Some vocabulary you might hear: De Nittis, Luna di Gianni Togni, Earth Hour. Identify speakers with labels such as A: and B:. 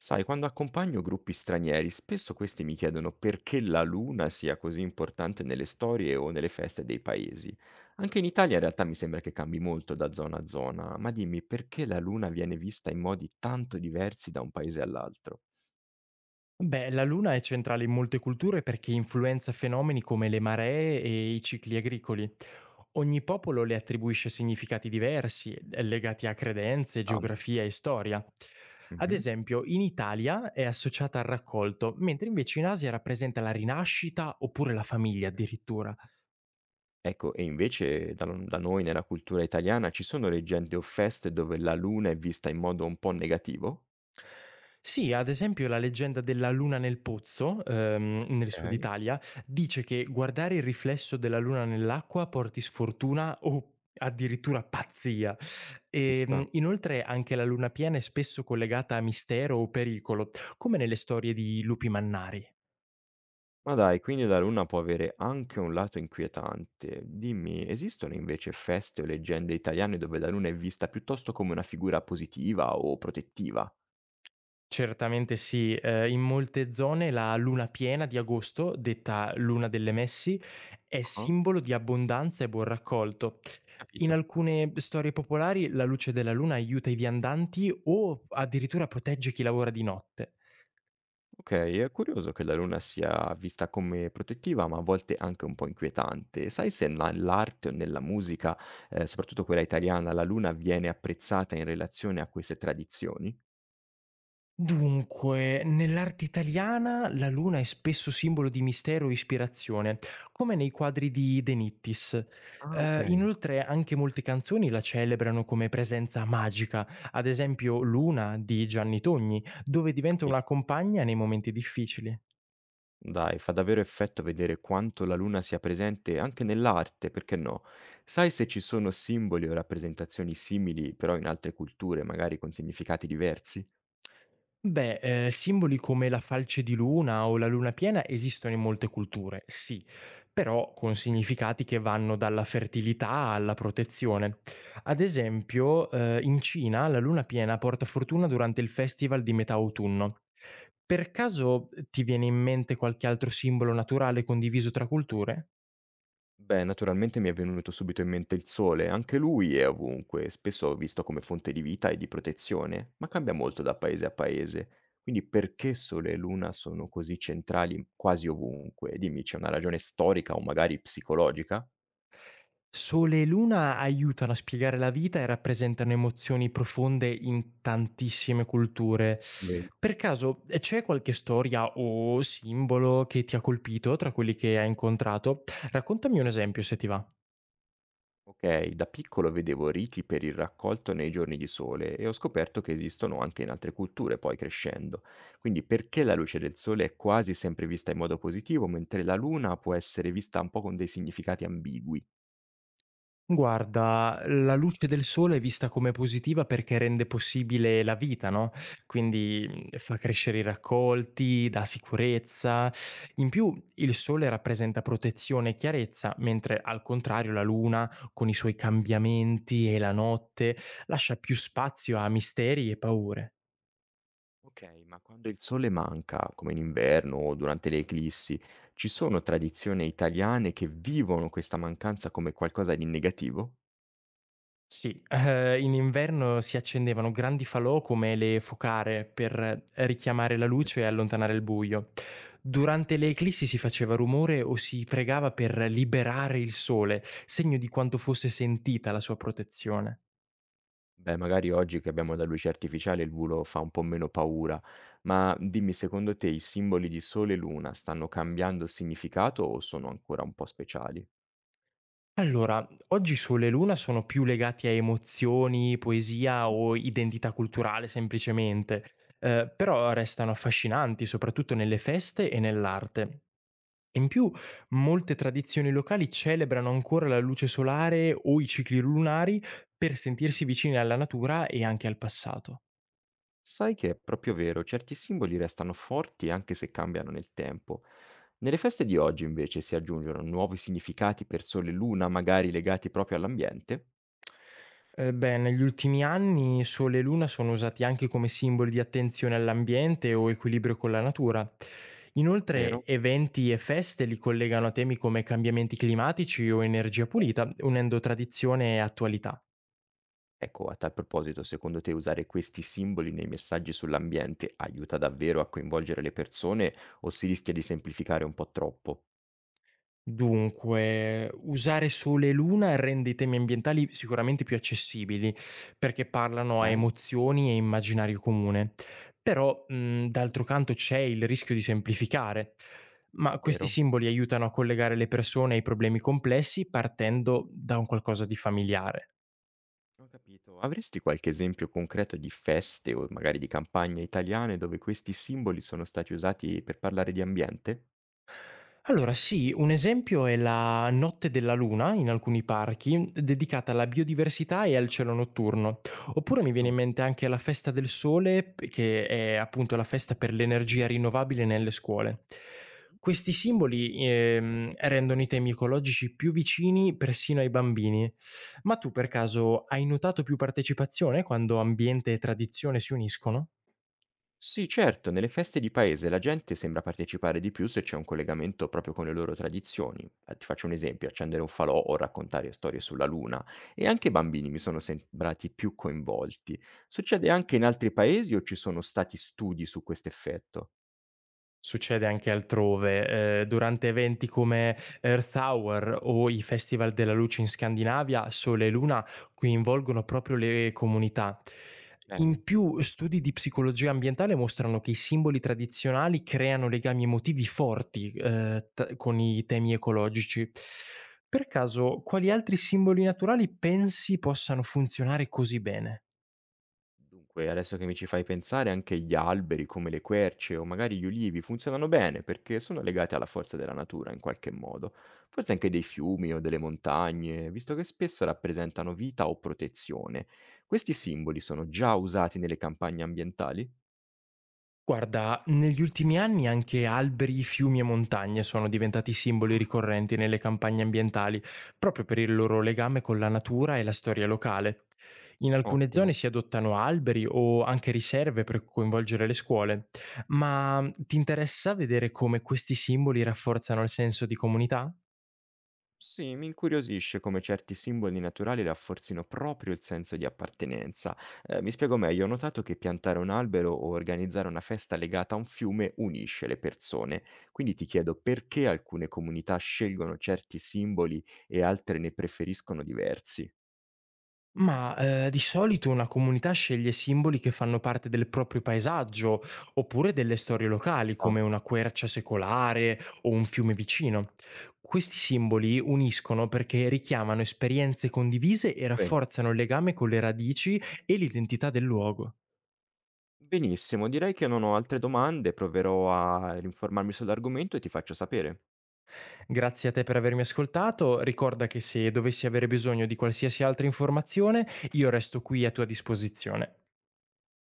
A: Sai, quando accompagno gruppi stranieri, spesso questi mi chiedono perché la luna sia così importante nelle storie o nelle feste dei paesi. Anche in Italia in realtà mi sembra che cambi molto da zona a zona, ma dimmi, perché la luna viene vista in modi tanto diversi da un paese all'altro?
B: Beh, la luna è centrale in molte culture perché influenza fenomeni come le maree e i cicli agricoli. Ogni popolo le attribuisce significati diversi, legati a credenze,
A: Sta.
B: geografia e storia. Ad
A: Mhm.
B: esempio, in Italia è associata al raccolto, mentre invece in Asia rappresenta la rinascita oppure la famiglia addirittura.
A: Ecco, e invece da noi nella cultura italiana ci sono leggende o feste dove la luna è vista in modo un po' negativo?
B: Sì, ad esempio la leggenda della luna nel pozzo, nel sud
A: Ok,
B: Italia, dice che guardare il riflesso della luna nell'acqua porti sfortuna o addirittura pazzia.
A: ci sta.
B: E, inoltre anche la luna piena è spesso collegata a mistero o pericolo, come nelle storie di lupi mannari.
A: Ma dai, quindi la luna può avere anche un lato inquietante. Dimmi, esistono invece feste o leggende italiane dove la luna è vista piuttosto come una figura positiva o protettiva?
B: Certamente sì, in molte zone la luna piena di agosto, detta luna delle messi, è
A: Ah,
B: simbolo di abbondanza e buon raccolto. In
A: capito.
B: alcune storie popolari la luce della luna aiuta i viandanti o addirittura protegge chi lavora di notte.
A: Ok, è curioso che la luna sia vista come protettiva, ma a volte anche un po' inquietante. Sai se nell'arte o nella musica, soprattutto quella italiana, la luna viene apprezzata in relazione a queste tradizioni?
B: Dunque, nell'arte italiana la luna è spesso simbolo di mistero e ispirazione, come nei quadri di De Nittis.
A: Ah, ok,
B: Inoltre anche molte canzoni la celebrano come presenza magica, ad esempio Luna di Gianni Togni, dove diventa una
A: capito.
B: compagna nei momenti difficili.
A: Dai, fa davvero effetto vedere quanto la luna sia presente anche nell'arte, perché no? Sai se ci sono simboli o rappresentazioni simili, però in altre culture, magari con significati diversi?
B: Beh, simboli come la falce di luna o la luna piena esistono in molte culture, sì, però con significati che vanno dalla fertilità alla protezione. Ad esempio, in Cina la luna piena porta fortuna durante il festival di metà autunno. Per caso ti viene in mente qualche altro simbolo naturale condiviso tra culture?
A: Beh, naturalmente mi è venuto subito in mente il sole, anche lui è ovunque, spesso visto come fonte di vita e di protezione, ma cambia molto da paese a paese. Quindi, perché sole e luna sono così centrali quasi ovunque? Dimmi, c'è una ragione storica o magari psicologica?
B: Sole e Luna aiutano a spiegare la vita e rappresentano emozioni profonde in tantissime culture.
A: Vero.
B: Per caso c'è qualche storia o simbolo che ti ha colpito tra quelli che hai incontrato? Raccontami un esempio se ti va.
A: Ok, da piccolo vedevo riti per il raccolto nei giorni di sole e ho scoperto che esistono anche in altre culture poi crescendo. Quindi perché la luce del sole è quasi sempre vista in modo positivo, mentre la luna può essere vista un po' con dei significati ambigui?
B: Guarda, la luce del sole è vista come positiva perché rende possibile la vita, no, quindi, fa crescere i raccolti, dà sicurezza. In più il sole rappresenta protezione e chiarezza, mentre al contrario la luna, con i suoi cambiamenti e la notte, lascia più spazio a misteri e paure.
A: Ok, ma quando il sole manca, come in inverno o durante le eclissi, ci sono tradizioni italiane che vivono questa mancanza come qualcosa di negativo?
B: Sì, in inverno si accendevano grandi falò come le focare per richiamare la
A: Ne ho
B: luce e
A: sentite?
B: allontanare il buio. Durante le eclissi si faceva rumore o si pregava per liberare il sole, segno di quanto fosse sentita la sua protezione.
A: Beh, magari oggi che abbiamo la luce artificiale il volo fa un po' meno paura, ma dimmi, secondo te i simboli di Sole e Luna stanno cambiando significato o sono ancora un po' speciali?
B: Allora, oggi sole e luna sono più legati a emozioni, poesia o identità culturale semplicemente, però
A: Giusto.
B: restano affascinanti soprattutto nelle feste e nell'arte. In più, molte tradizioni locali celebrano ancora la luce solare o i cicli lunari per sentirsi vicine alla natura e anche al passato.
A: Sai che è proprio vero, certi simboli restano forti anche se cambiano nel tempo. Nelle feste di oggi invece si aggiungono nuovi significati per Sole e Luna, magari legati proprio all'ambiente,
B: Beh, negli ultimi anni Sole e Luna sono usati anche come simboli di attenzione all'ambiente o equilibrio con la natura.
A: vero?
B: Inoltre, eventi e feste li collegano a temi come cambiamenti climatici o energia pulita, unendo tradizione e attualità.
A: Ecco, a tal proposito, secondo te usare questi simboli nei messaggi sull'ambiente aiuta davvero a coinvolgere le persone o si rischia di semplificare un po' troppo?
B: Dunque, usare sole e luna rende i temi ambientali sicuramente più accessibili, perché parlano a
A: Ok,
B: emozioni e immaginario comune. Però, d'altro canto, c'è il rischio di semplificare. Ma questi
A: vero?
B: simboli aiutano a collegare le persone ai problemi complessi partendo da un qualcosa di familiare.
A: Ho capito. Avresti qualche esempio concreto di feste o magari di campagne italiane dove questi simboli sono stati usati per parlare di ambiente?
B: Allora sì, un esempio è la Notte della Luna in alcuni parchi, dedicata alla biodiversità e al cielo notturno. Oppure mi viene
A: Interessante.
B: in mente anche la Festa del Sole, che è appunto la festa per l'energia rinnovabile nelle scuole. Questi simboli rendono i temi ecologici più vicini persino ai bambini. Ma tu per caso hai notato più partecipazione quando ambiente e tradizione si uniscono?
A: Sì, certo, nelle feste di paese la gente sembra partecipare di più se c'è un collegamento proprio con le loro tradizioni. Ti faccio un esempio, accendere un falò o raccontare storie sulla luna. E anche i bambini mi sono sembrati più coinvolti. Succede anche in altri paesi o ci sono stati studi su questo effetto?
B: Succede anche altrove. Durante eventi come Earth Hour o i Festival della luce in Scandinavia, Sole e Luna coinvolgono proprio le comunità.
A: Bene.
B: In più, studi di psicologia ambientale mostrano che i simboli tradizionali creano legami emotivi forti, t con i temi ecologici. Per caso, quali altri simboli naturali pensi possano funzionare così bene?
A: Dunque, adesso che mi ci fai pensare, anche gli alberi, come le querce o magari gli ulivi, funzionano bene perché sono legati alla forza della natura in qualche modo, forse anche dei fiumi o delle montagne, visto che spesso rappresentano vita o protezione. Questi simboli sono già usati nelle campagne ambientali?
B: Guarda, negli ultimi anni anche alberi, fiumi e montagne sono diventati
A: Ah,
B: simboli
A: ok.
B: ricorrenti nelle campagne ambientali, proprio per il loro legame con la natura e la storia locale. In alcune
A: Ottimo.
B: zone si adottano alberi o anche riserve per coinvolgere le scuole, ma ti interessa vedere come questi simboli rafforzano il senso di comunità?
A: Sì, mi incuriosisce come certi simboli naturali rafforzino proprio il senso di appartenenza. Mi spiego meglio, ho notato che piantare un albero o organizzare una festa legata a un fiume unisce le persone. Quindi ti chiedo, perché alcune comunità scelgono certi simboli e altre ne preferiscono diversi.
B: Mah, di solito una comunità sceglie simboli che fanno parte del proprio paesaggio, oppure delle storie
A: Ci
B: locali
A: sta?
B: come una quercia secolare o un fiume vicino. Questi simboli uniscono perché richiamano esperienze condivise e
A: Sì.
B: rafforzano il legame con le radici e l'identità del luogo.
A: Benissimo, direi che non ho altre domande, proverò a informarmi sull'argomento e ti faccio sapere.
B: Grazie a te per avermi ascoltato, ricorda che se dovessi avere bisogno di qualsiasi altra informazione, io resto qui a tua disposizione.